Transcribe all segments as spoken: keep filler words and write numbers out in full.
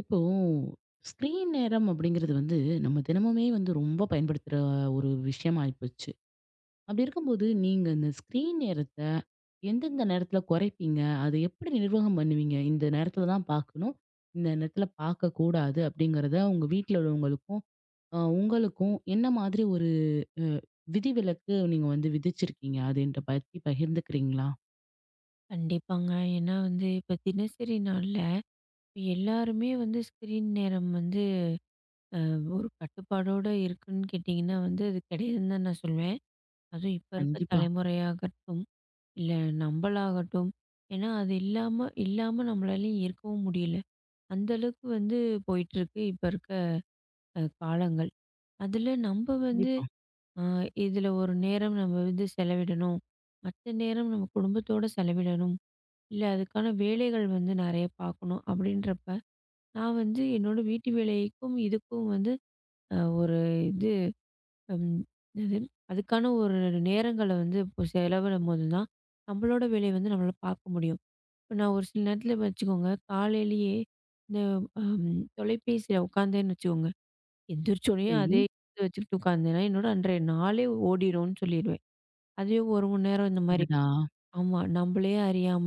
இப்போ ஸ்க்ரீன் நேரம் அப்படிங்கிறது வந்து நம்ம தினமுமே வந்து ரொம்ப பயன்படுத்துற ஒரு விஷயம் ஆயிப்போச்சு. அப்படி இருக்கும்போது நீங்க இந்த ஸ்க்ரீன் நேரத்த எந்தெந்த நேரத்துல குறைப்பீங்க? அதை எப்படி நிர்வாகம் பண்ணுவீங்க? இந்த நேரத்துல தான் பார்க்கணும். இந்த நேரத்துல பார்க்கக்கூடாது அப்படிங்கிறத உங்க வீட்ல உள்ளவங்களுக்கும், அ உங்களுக்கும் என்ன மாதிரி ஒரு அ விதிவிலக்கு நீங்க வந்து விதிச்சிருக்கீங்க? அது என்ட்ட பத்தி பகிர்ந்துக்கிறீங்களா? கண்டிப்பாங்க. ஏன்னா வந்து இப்ப தினசரி நாள்ல எல்லாருமே வந்து ஸ்க்ரீன் நேரம் வந்து அ ஒரு கட்டுப்பாடோட இருக்குன்னு கேட்டிங்கன்னா வந்து அது கிடையாதுன்னு தான் நான் சொல்வேன். அதுவும் இப்ப இருக்க கண்டிப்பா, தலைமுறையாகட்டும், இல்ல நம்பளாகட்டும். ஏன்னா அது இல்லாம இல்லாம நம்மளாலயும் இருக்கவும் முடியல. அந்த அளவுக்கு வந்து போயிட்டுருக்கு இப்ப இருக்க அ காலங்கள். அதுல நம்ப வந்து கண்டிப்பா. அ இதுல ஒரு நேரம் நம்ம வந்து செலவிடணும். மத்த நேரம் நம்ம குடும்பத்தோட செலவிடணும். இல்ல அதுக்கான வேலைகள் வந்து நெறைய பார்க்கணும். அப்படின்றப்ப, நான் வந்து என்னோட வீட்டு வேலைக்கும், இதுக்கும் வந்து அ ஒரு இது ம் என்னது அதுக்கான ஒரு நேரங்கள வந்து இப்போ செலவிடும்போது தான், நம்மளோட வேலைய வந்து நம்மளால பார்க்க முடியும். இப்ப நான் ஒரு சில நேரத்தில வச்சுக்கோங்க, காலையிலேயே இந்த அம் தொலைபேசியில உட்காந்தேன்னு வச்சுக்கோங்க, எந்திரிச்சோனேயே சரி. அதே இது வச்சுக்கிட்டு உட்காந்தேன்னா, என்னோட அன்றைய நாளே ஓடிரும்ன்னு சொல்லிருவேன். அதுவே ஒரு மணி நேரம் இந்த மாரி அடடா! ஆமா. நம்பளே அறியாம,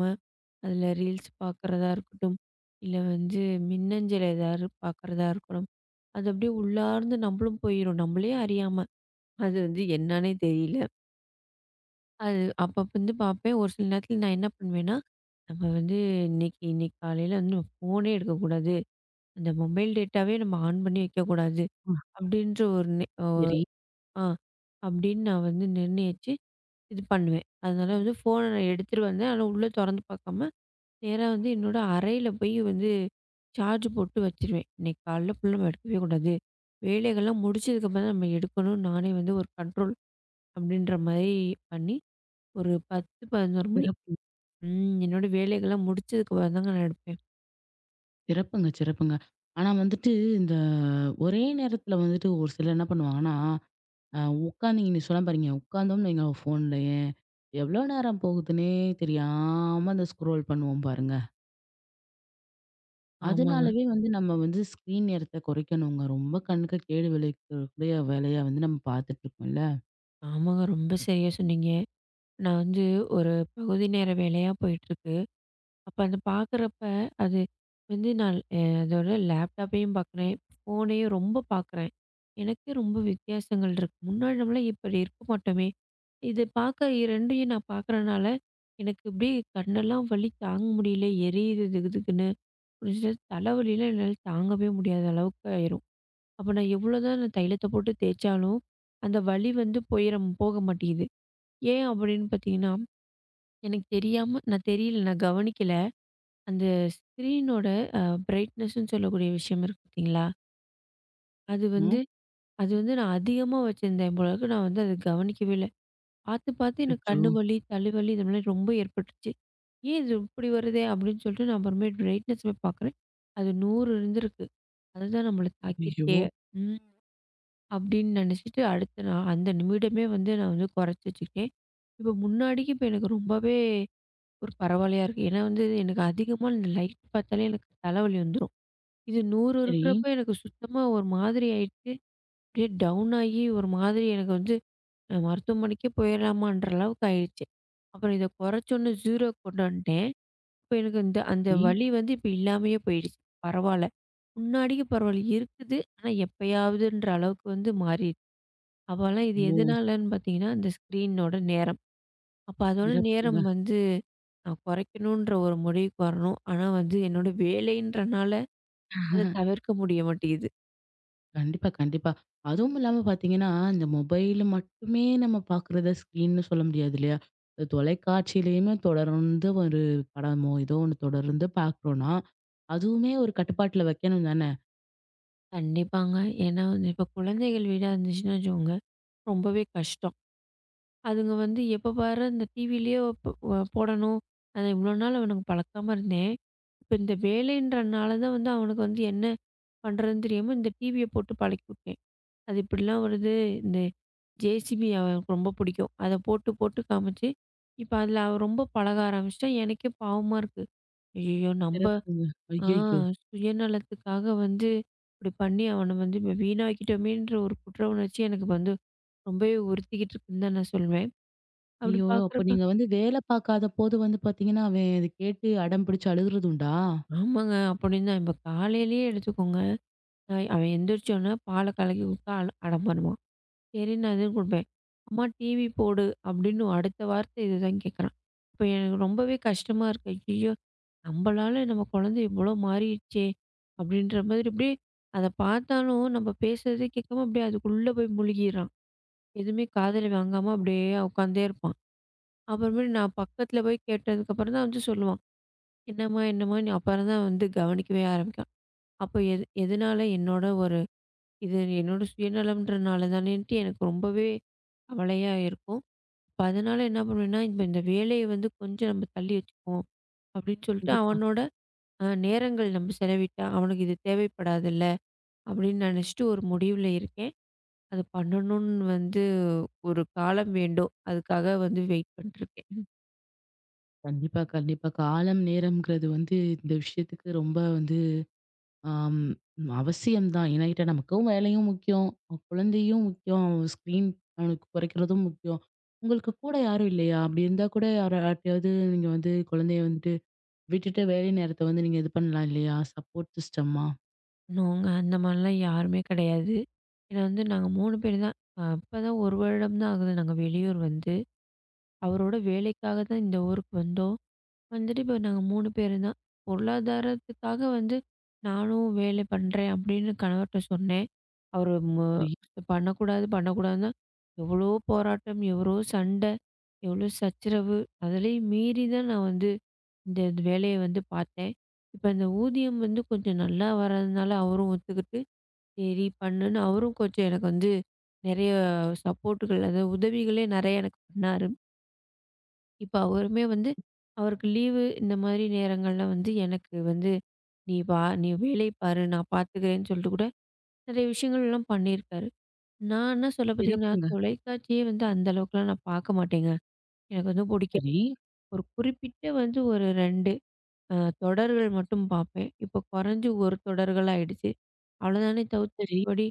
அதில ரீல்ஸ் பார்க்குறதா இருக்கட்டும், இல்ல வந்து மின்னஞ்சல் ஏதாவது பார்க்குறதா இருக்கணும். அது அப்படியே உள்ளார்ந்து நம்பளும் போயிரும். நம்பளே அறியாம. அது வந்து என்னான்னே தெரியல. அது அப்பப்ப வந்து பார்ப்பேன். ஒரு சில நேரத்தில நான் என்ன பண்ணுவேன்னா, நம்ம வந்து இன்னைக்கு இன்னைக்கு காலையில வந்து நம்ம ஃபோனே எடுக்கக்கூடாது. அந்த மொபைல் டேட்டாவே நம்ம ஆன் பண்ணி வைக்கக்கூடாது. அ அப்படின்ற ஒரு நி அ சரி. ஆ அப்படின்னு நான் வந்து நிர்ணயிச்சு இது பண்ணுவேன். அதனால வந்து ஃபோன நான் எடுத்துட்டு வந்தேன். ஆனா, உள்ள தொறந்து பார்க்காம நேரா வந்து என்னோட அறையில போய் வந்து சார்ஜ் போட்டு வச்சுருவேன். இன்னைக்கு காலைல ஃபுல்லா நம்ம எடுக்கவே கூடாது. வேலைகள்லாம் முடிச்சதுக்கப்புறம் தான் நம்ம எடுக்கணும்னு நானே வந்து ஒரு கண்ட்ரோல் அப்படின்ற மாரி பண்ணி, ஒரு பத்து, பதினொன்று மணி சிறப்பு. ம் என்னோட வேலைகள்லாம் முடிச்சதுக்கப்புறம் தாங்க நான் எடுப்பேன். சிறப்புங்க, சிறப்புங்க. ஆனா வந்துட்டு, இந்த ஒரே நேரத்துல வந்துட்டு ஒரு சிலர் என்ன பண்ணுவாங்கன்னா, அ உட்காந்து நீங்க சொன்ன பாருங்க, உட்காந்தோம்னு வைங்க ஃபோன்லயே, எவ்வளோ நேரம் போகுதுன்னே தெரியாம அந்த ஸ்க்ரோல் பண்ணுவோம் பாருங்க. ஆமாங்க. அதனாலவே வந்து நம்ம வந்து ஸ்க்ரீன் நேரத்த குறைக்கணுங்க. ரொம்ப கண்ணுக்கு கேடு விளைவிக்கக்கூடிய வேலையா வந்து நம்ம பார்த்துட்டுருக்கோம்ல. ஆமாங்க. ரொம்ப சரியா சொன்னீங்க. நான் வந்து ஒரு பகுதி நேர வேலையா போயிட்டுருக்கு. அப்ப அத பார்க்குறப்ப, அது வந்து நான் அ அதோட லேப்டாப்பையும் பார்க்குறேன், ஃபோனையும் ரொம்ப பார்க்குறேன். எனக்கே ரொம்ப வித்தியாசங்கள் இருக்கு. முன்னாடி நம்மலாம் இப்படி இருக்க மாட்டோமே! இது பார்க்க 2யும் நான் பார்க்குறனால, எனக்கு அப்படியே கண்ணெல்லாம் வலி தாங்க முடியல, எரியுது திகுதிகுன்னு. ஒரு சில தலைவலிலாம் என்னால தாங்கவே முடியாத அளவுக்கு ஆயிரும். அப்ப நான் எவ்வளோதான் நான் தைலத்த போட்டு தேய்ச்சாலும், அந்த வலி வந்து போயிரம் போக மாட்டேங்குது. ஏன் அப்படின்னு பார்த்தீங்கன்னா, எனக்கு தெரியாம நான் தெரியல, நான் கவனிக்கல. அந்த ஸ்க்ரீனோட அ பிரைட்னஸ்ன்னு சொல்லக்கூடிய விஷயம் இருக்கு பார்த்தீங்களா? அது வந்து ம். அது வந்து நான் அதிகமா வச்சிருந்தேன் போல இருக்கு. நான் வந்து அத கவனிக்கவே இல்ல. பார்த்து, பார்த்து எனக்கு அச்சச்சோ! கண்ணு வலி, தலைவலி இது மாரி ரொம்ப ஏற்பட்டுருச்சு. "ஏன் இது இப்படி வருதே?" அப்படின்னு சொல்லிட்டு நான் அப்புறமேட்டு பிரைட்னஸ் போய் பார்க்குறேன். அது நூறு இருந்திருக்கு. அதுதான் நம்மள தாக்கியிருக்கே! ஐயய்யோ! ம். அப்படின்னு நினச்சிட்டு அடுத்த நான் அந்த நிமிடமே வந்து நான் வந்து குறைச்சு வச்சுக்கிட்டேன். இப்போ முன்னாடிக்கு இப்போ எனக்கு ரொம்பவே ஒரு பரவாயில்லையா இருக்கு. ஏன்னா வந்து எனக்கு அதிகமா இந்த லைட் பார்த்தாலே எனக்கு தலைவலி வந்துரும். இது நூறு சரி. இருக்கிறப்ப எனக்கு சுத்தமா ஒரு மாதிரி ஆயிடுச்சு. அப்படியே டவுன் ஆகி ஒரு மாதிரி எனக்கு வந்து அ மருத்துவமனைக்கே போயிடலாமான்ற அளவுக்கு ஆயிடுச்சு. அப்புறம் இத குறைச்சோன்னு 0க்கு கொண்டு வந்துட்டேன். இப்ப எனக்கு இந்த அந்த சரி. வலி வந்து இப்ப இல்லாமயே போயிடுச்சு. பரவால்ல. முன்னாடிக்கு பரவால்ல இருக்குது. ஆனா எப்பயாவதுன்ற அளவுக்கு வந்து மாறிடுச்சு. அப்போலாம் இது ஓ! எதனாலன்னு பார்த்தீங்கன்னா, இந்த ஸ்க்ரீனோட நேரம். அப்ப அதோட நேரம் சிறப்புங்க. வந்து நான் குறைக்கணுன்ற ஒரு முடிவுக்கு வரணும். ஆனா வந்து என்னோட வேலைன்றனால அத தவிர்க்க முடிய மாட்டேங்குது. கண்டிப்பா, கண்டிப்பா. அதுவும் இல்லாம பார்த்தீங்கன்னா, இந்த மொபைல் மட்டுமே நம்ம பார்க்குறத ஸ்க்ரீன்னு சொல்ல முடியாது இல்லையா? இந்த தொலைக்காட்சியிலயுமே தொடர்ந்து ஒரு படமோ, ஏதோ ஒண்ணு தொடர்ந்து பார்க்குறோம்னா, அதுவுமே ஒரு கட்டுப்பாட்டுல வைக்கணும் தானே? கண்டிப்பாங்க. ஏன்னா வந்து இப்ப குழந்தைகள் வீடா இருந்துச்சுன்னு வச்சுக்கோங்க, ரொம்பவே கஷ்டம். அதுங்க வந்து எப்ப பாரு இந்த டிவிலயே போ அ போடணும். அத இவ்வளோ நாள் அவனுக்கு பழக்காம இருந்தேன். இப்ப இந்த வேலைன்றனால தான் வந்து அவனுக்கு வந்து என்ன பண்றதுன்னு தெரியாம இந்த டிவிய போட்டு பழக்கி விட்டேன். அது இப்படிலாம் வருது. இந்த ஜேசிபி அவனுக்கு ரொம்ப பிடிக்கும். அத போட்டு போட்டு காமிச்சு, இப்ப அதில அவன் ரொம்ப பழக ஆரம்பிச்சுட்டான். எனக்கே பாவமா இருக்கு. ஐயய்யோ! நம்ப சிறப்புங்க. ஆ ஐயய்யோ! சுயநலத்துக்காக வந்து இப்படி பண்ணி அவன வந்து இப்ப வீணாக்கிட்டோமேன்ற ஒரு குற்ற உணர்ச்சி எனக்கு வந்து ரொம்பவே உறுத்திக்கிட்டு இருக்குன்னு தான் நான் சொல்வேன். அப்படி ஐயோ! அப்ப பார்க்குறப்ப நீங்க வந்து வேலை பார்க்காதபோது வந்து பார்த்தீங்கன்னா, அவன் இத கேட்டு அடம் பிடிச்சு அழுகுறது உண்டா? ஆமாங்க. அப்படின்னு தான். இப்ப காலையிலேயே எடுத்துக்கோங்க. அ அவன் எந்திரிச்சோனே பால கலக்கி குடுத்தா அட அடம் பண்ணுவான். சரின்னு அதுவும் குடுப்பேன். "அம்மா டிவி போடு" அப்படின்னு அடுத்த வார்த்தை இதுதான் கேட்குறான். இப்ப எனக்கு ரொம்பவே கஷ்டமா இருக்கு. ஐயய்யோ! நம்மளால நம்ம குழந்தை இவ்வளோ மாறிடுச்சே! அப்படின்ற மாதிரி அப்படியே அத பார்த்தாலும் நம்ம பேசுறதே கேட்காம அப்படியே அதுக்குள்ள போய் முழுகிறான். எதுவுமே காதுல வாங்காம அப்படியே உட்காந்தே இருப்பான். அப்புறமேலு நான் பக்கத்துல போய் கேட்டதுக்கப்புறம் தான் வந்து சொல்லுவான். "என்னம்மா என்னம்மா" நீ அப்புறம் தான் வந்து கவனிக்கவே ஆரம்பிக்கான். அப்போ எது எதனால என்னோட ஒரு இது என்னோட சுயநலம்ன்றனால தானேன்ட்டு எனக்கு ரொம்பவே கவலையா இருக்கும். அப்ப அதனால என்ன பண்ணுவேன்னா, இப்ப இந்த வேலைய வந்து கொஞ்சம் நம்ம தள்ளி வச்சுக்குவோம். அப்படின்னு சொல்லிட்டு கண்டிப்பா, அவனோட அ நேரங்கள் நம்ம செலவிட்டா, அவனுக்கு இது தேவைப்படாதுல்ல அப்படின்னு நினைச்சுட்டு ஒரு முடிவுல இருக்கேன். அது பண்ணணும்னு வந்து ஒரு காலம் வேண்டும். அதுக்காக வந்து வெயிட் பண்ணிட்டுருக்கேன். கண்டிப்பா, கண்டிப்பா. காலம், நேரம்ங்கிறது வந்து இந்த விஷயத்துக்கு ரொம்ப வந்து ஆம். அவசியம் தான். ஏன்னா கேட்டா நமக்கும் வேலையும் முக்கியம். அவன் குழந்தையும் முக்கியம். ஸ்க்ரீன் அவனுக்கு குறைக்கிறதும் முக்கியம். உங்களுக்கு கூட யாரும் இல்லையா? அப்படி இருந்தா கூட யாராட்டயாவது நீங்க வந்து குழந்தைய வந்துட்டு விட்டுட்டு வேலை நேரத்த வந்து நீங்க இது பண்ணலாம் இல்லையா? சப்போர்ட் சிஸ்டமா? நாங்க அந்த மாரிலாம் யாருமே கிடையாது. ஏன்னா வந்து நாங்க மூணு பேரு தான். அ இப்பதான் ஒரு வருடம் தான் ஆகுது நாங்க வெளியூர் வந்து. அவரோட வேலைக்காக தான் இந்த ஊருக்கு வந்தோம். வந்துட்டு இப்போ நாங்க மூணு பேரு தான். பொருளாதாரத்துக்காக வந்து நானும் வேலை பண்றேன் அப்படின்னு கணவர்ட்ட சொன்னேன். அவரு மு சரி. பண்ணக்கூடாது பண்ணக்கூடாதுன்னா, எவ்வளோ போராட்டம், எவ்வளோ சண்டை, எவ்வளோ சச்சரவு, அதுலயும் மீறி தான் நான் வந்து இந்த இது வேலைய வந்து பார்த்தேன். இப்ப இந்த ஊதியம் வந்து கொஞ்சம் நல்லா வர்றதுனால அவரும் ஒத்துக்கிட்டு, சரி பண்ணுன்னு அவரும் கொஞ்சம் எனக்கு வந்து நெறைய சப்போர்ட்டுகள், அதாவது உதவிகளே நெறைய எனக்கு பண்ணாரு. இப்ப அவருமே வந்து அவருக்கு லீவு இந்த மாதிரி நேரங்கள்ல வந்து, "எனக்கு வந்து நீ வா நீ வேலை பாரு, நான் பார்த்துக்கிறேன்னு" சொல்லிட்டு கூட நெறைய விஷயங்கள்லாம் பண்ணியிருக்காரு. நான் என்ன சொல்ல பார்த்தீங்கன்னா, சிறப்புங்க. தொலைக்காட்சியே வந்து அந்த அளவுக்குலாம் நான் பார்க்க மாட்டேங்க. எனக்கு வந்து பிடிக்காது. சரி. ஒரு குறிப்பிட்ட வந்து ஒரு ரெண்டு அ தொடர்கள் மட்டும் பார்ப்பேன். இப்போ குறைஞ்சு ஒரு தொடர்கள் ஆயிடுச்சு. அவ்வளோதானே தவிர்த்து சரி. மத்தபடி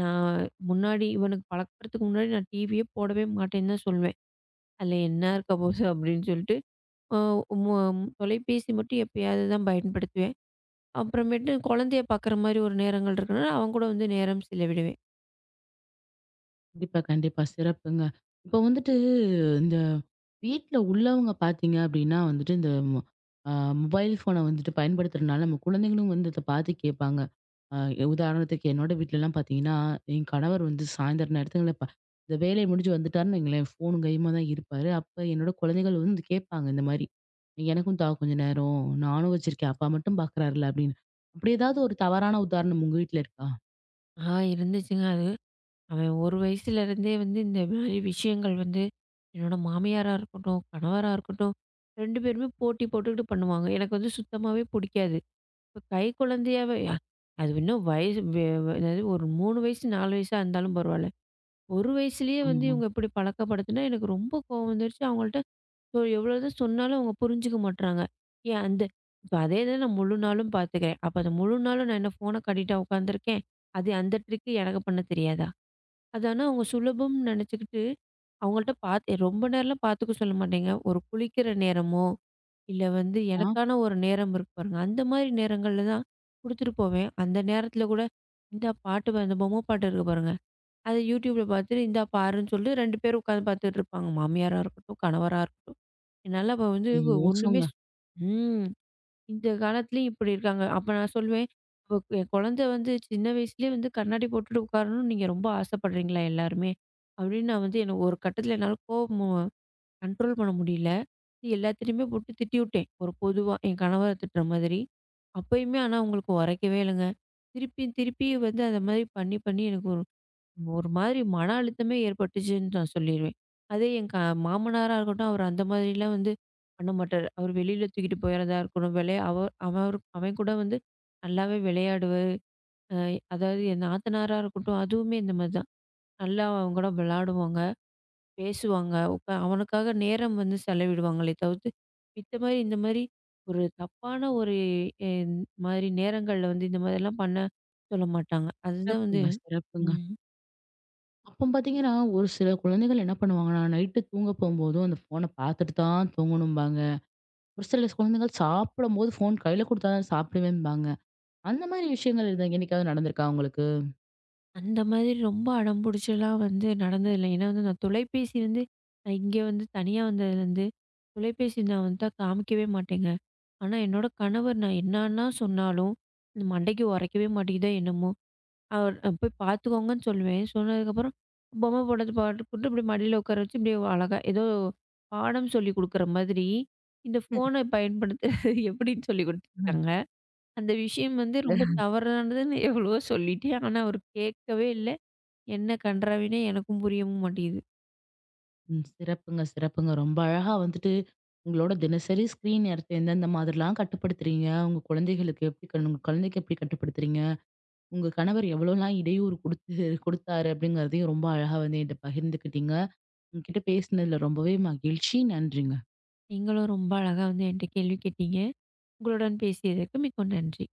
நான் முன்னாடி இவனுக்கு பழக்கறதுக்கு முன்னாடி நான் டிவியே போடவே மாட்டேன்னு தான் சொல்லுவேன். அதில என்ன இருக்க போகுது அப்படின்னு சொல்லிட்டு அ மொ தொலைபேசி மட்டும் எப்பயாவது தான் பயன்படுத்துவேன். அப்புறமேட்டு குழந்தைய பார்க்குற மாரி ஒரு நேரங்கள் இருக்குன்னா, அவன் கூட வந்து நேரம் செலவிடுவேன். கண்டிப்பா, கண்டிப்பா. சிறப்புங்க. இப்போ வந்துட்டு இந்த வீட்ல உள்ளவங்க பார்த்தீங்க அப்டின்னா வந்துட்டு, இந்த மொ அ மொபைல் ஃபோன வந்துட்டு பயன்படுத்துறனால நம்ம குழந்தைங்களும் வந்து இத பார்த்து கேட்பாங்க. அ உதாரணத்துக்கு என்னோட வீட்லலாம் பார்த்தீங்கன்னா, என் கணவர் வந்து சாயந்தரம் நேரத்துல ப இந்த வேலை முடிஞ்சு வந்துட்டாருன்னு வைங்களேன், ஃபோனும் கையுமா தான் இருப்பாரு. அப்ப என்னோட குழந்தைகள் வந்து கேட்பாங்க இந்த மாரி, "எனக்கும் தா கொஞ்ச நேரம். நானும் வச்சிருக்கேன். அப்பா மட்டும் பார்க்குறாருல்ல" அப்டின்னு. அப்டி ஏதாவது ஒரு தவறான உதாரணம் உங்க வீட்ல இருக்கா? ஆ இருந்துச்சுங்க அது. அவன் ஒரு வயசுலேருந்தே வந்து இந்த மாரி விஷயங்கள் வந்து என்னோட மாமியாரா இருக்கட்டும், கணவரா இருக்கட்டும் ரெண்டு பேருமே போட்டி போட்டுக்கிட்டு பண்ணுவாங்க. எனக்கு வந்து சுத்தமாவே புடிக்காது. இப்ப கை குழந்தையாவே அ- அது இன்னும் வயசு வெ வெ அதாவது ஒரு மூணு வயசு நாலு வயசா இருந்தாலும் பரவாயில்ல. ஒரு வயசுலேயே வந்து ஆமா. இவங்க இப்படி பழக்கப்படுத்துனா எனக்கு ரொம்ப கோவம் வந்துருச்சு. அவங்கள்ட்ட இப்போ எவ்வளோ தான் சொன்னாலும் அவங்க புரிஞ்சுக்க மாட்றாங்க. ஏன் அந்த இப்ப அதே இத நான் முழு நாளும் பார்த்துக்கிறேன். அப்ப அந்த முழு நாளும் நான் என்ன ஃபோன காட்டிட்டா உட்காந்துருக்கேன்? அது அந்த ட்ரிக்கு எனக்கு பண்ண தெரியாதா? அது ஆனா அவங்க சுலபம்னு நெனச்சுக்கிட்டு, அவங்கள்ட்ட பாத்து ரொம்ப நேரம்லாம் பாத்துக்க சொல்ல மாட்டேங்க. ஒரு குளிக்கிற நேரமோ, இல்ல வந்து ஆ எனக்கான ஒரு நேரம் இருக்கு பாருங்க. அந்த மாரி நேரங்கள்ல தான் குடுத்துட்டு போவேன். அந்த நேரத்துல கூட, இந்தா பாட்டு வ அந்த பொம்ம பாட்டு இருக்கு பாருங்க. அத YouTubeல பாத்துட்டு, இந்தா பாருன்னு சொல்லிட்டு ரெண்டு பேரும் உட்காந்து பாத்துட்டு இருப்பாங்க. மாமியாரா இருக்கட்டும், கணவரா இருக்கட்டும். என்னால அப்ப வந்து ஒ- ஒண்ணுமே மோசங்க. ஸ் ம். இந்த காலத்துலயும் இப்படி இருக்காங்க. அப்ப நான் சொல்வேன், "அப்ப கு- என் குழந்தை வந்து சின்ன வயசுலயே வந்து கண்ணாடி போட்டுட்டு உட்காரணும்னு நீங்க ரொம்ப ஆசைப்படுறீங்களா எல்லாருமே?" அப்படின்னு நான் வந்து எனக்கு ஒரு கட்டத்துல என்னால கோவம் கண்ட்ரோல் பண்ண முடியல. எல்லாத்துலயுமே போட்டு திட்டிவுட்டேன். ஒரு பொதுவா என் கணவர திட்டுற மாதிரி. அப்பயுமே ஆனா அவங்களுக்கு உரைக்கவே இல்லைங்க. திருப்பி திருப்பி வந்து அந்த மாதிரி பண்ணி பண்ணி எனக்கு ஒரு ஒரு மாதிரி மன அழுத்தமே ஏற்பட்டுச்சுன்னு நான் சொல்லிருவேன். அதே என் க மாமனாரா இருக்கட்டும், அவர் அந்த மாதிரிலாம் வந்து பண்ண மாட்டாரு. அவர் வெளியில தூக்கிட்டு போயிறதா இருக்கட்டும், விளையா அவ அவர் அவன் கூட வந்து நல்லாவே விளையாடுவாரு. அ அதாவது என் நாத்தனாரா இருக்கட்டும், அதுவுமே இந்த மாதிரி தான். நல்லா அவங்க கூட விளையாடுவாங்க, பேசுவாங்க, உக்கா அவனுக்காக நேரம் வந்து செலவிடுவாங்களே தவிர்த்து, மித்த மாரி இந்த மாரி ஒரு தப்பான ஒரு என் மாதிரி நேரங்கள்ல வந்து இந்த மாதிரிலாம் பண்ண சொல்ல மாட்டாங்க. அதுதான் வந்து சிறப்புங்க, சிறப்புங்க. ம். அப்போ பார்த்தீங்கன்னா, ஒரு சில குழந்தைகள் என்ன பண்ணுவாங்கன்னா, நைட்டு தூங்க போம்போதும் அந்த ஃபோன பார்த்துட்டு தான் தூங்கணும்பாங்க. ஒரு சில குழந்தைகள் சாப்பிடும்போது ஃபோன் கையில குடுத்தா தான் சாப்பிடுவேன்பாங்க. அந்த மாரி விஷயங்கள் எது என்னைக்காவது நடந்திருக்கா உங்களுக்கு? அந்த மாதிரி ரொம்ப அடம் பிடிச்சலாம் வந்து நடந்ததில்ல. ஏன்னா வந்து நான் தொலைபேசி வந்து நான் இங்கே வந்து தனியா வந்ததுலேருந்து, தொலைபேசி நான் வந்துட்டா காமிக்கவே மாட்டேங்க. ஆனா என்னோட கணவர் நான் என்னன்னா சொன்னாலும், இந்த மண்டைக்கு உரைக்கவே மாட்டேங்குதோ என்னமோ! அவர் அஹ் போய் பார்த்துக்கோங்கன்னு சொல்லுவேன். சொன்னதுக்கப்புறம் பொம்மை படத்த போட்டுப்புட்டு இப்படி மடியில உட்கார வச்சு இப்படியே அழகா ஏதோ பாடம் சொல்லிக் குடுக்குற மாதிரி, இந்த ஃபோனை பயன்படுத்துறது எப்படின்னு சொல்லிக் ம். குடுத்துருக்காங்க. அந்த விஷயம் வந்து ரொம்ப தவறானதுன்னு எவ்வளவோ சொல்லிட்டேன். ஆனா அவர் கேட்கவே இல்ல. என்ன கண்றாவினே எனக்கும் புரியவும் மாட்டேங்குது. ம், சிறப்புங்க, சிறப்புங்க. ரொம்ப அழகா வந்துட்டு உங்களோட தினசரி ஸ்க்ரீன் நேரத்த எந்தெந்த மாதிரிலாம் கட்டுப்படுத்துறீங்க? உங்க குழந்தைகளுக்கு எப்படி கண்- உங்க குழந்தைக்கு எப்படி கட்டுப்படுத்துறீங்க? உங்க கணவர் எவ்வளோலாம் இடையூறு குடுத்து குடுத்தாரு அப்படிங்கிறதையும் ரொம்ப அழகா வந்து என்கிட்ட பகிர்ந்துக்கிட்டீங்க. உங்ககிட்ட பேசினதுல ரொம்பவே மகிழ்ச்சி. நன்றிங்க. நீங்களும் ரொம்ப அழகா வந்து என்ட்ட கேள்வி கேட்டீங்க. உங்களுடன் பேசியதற்கு மிக்க நன்றி.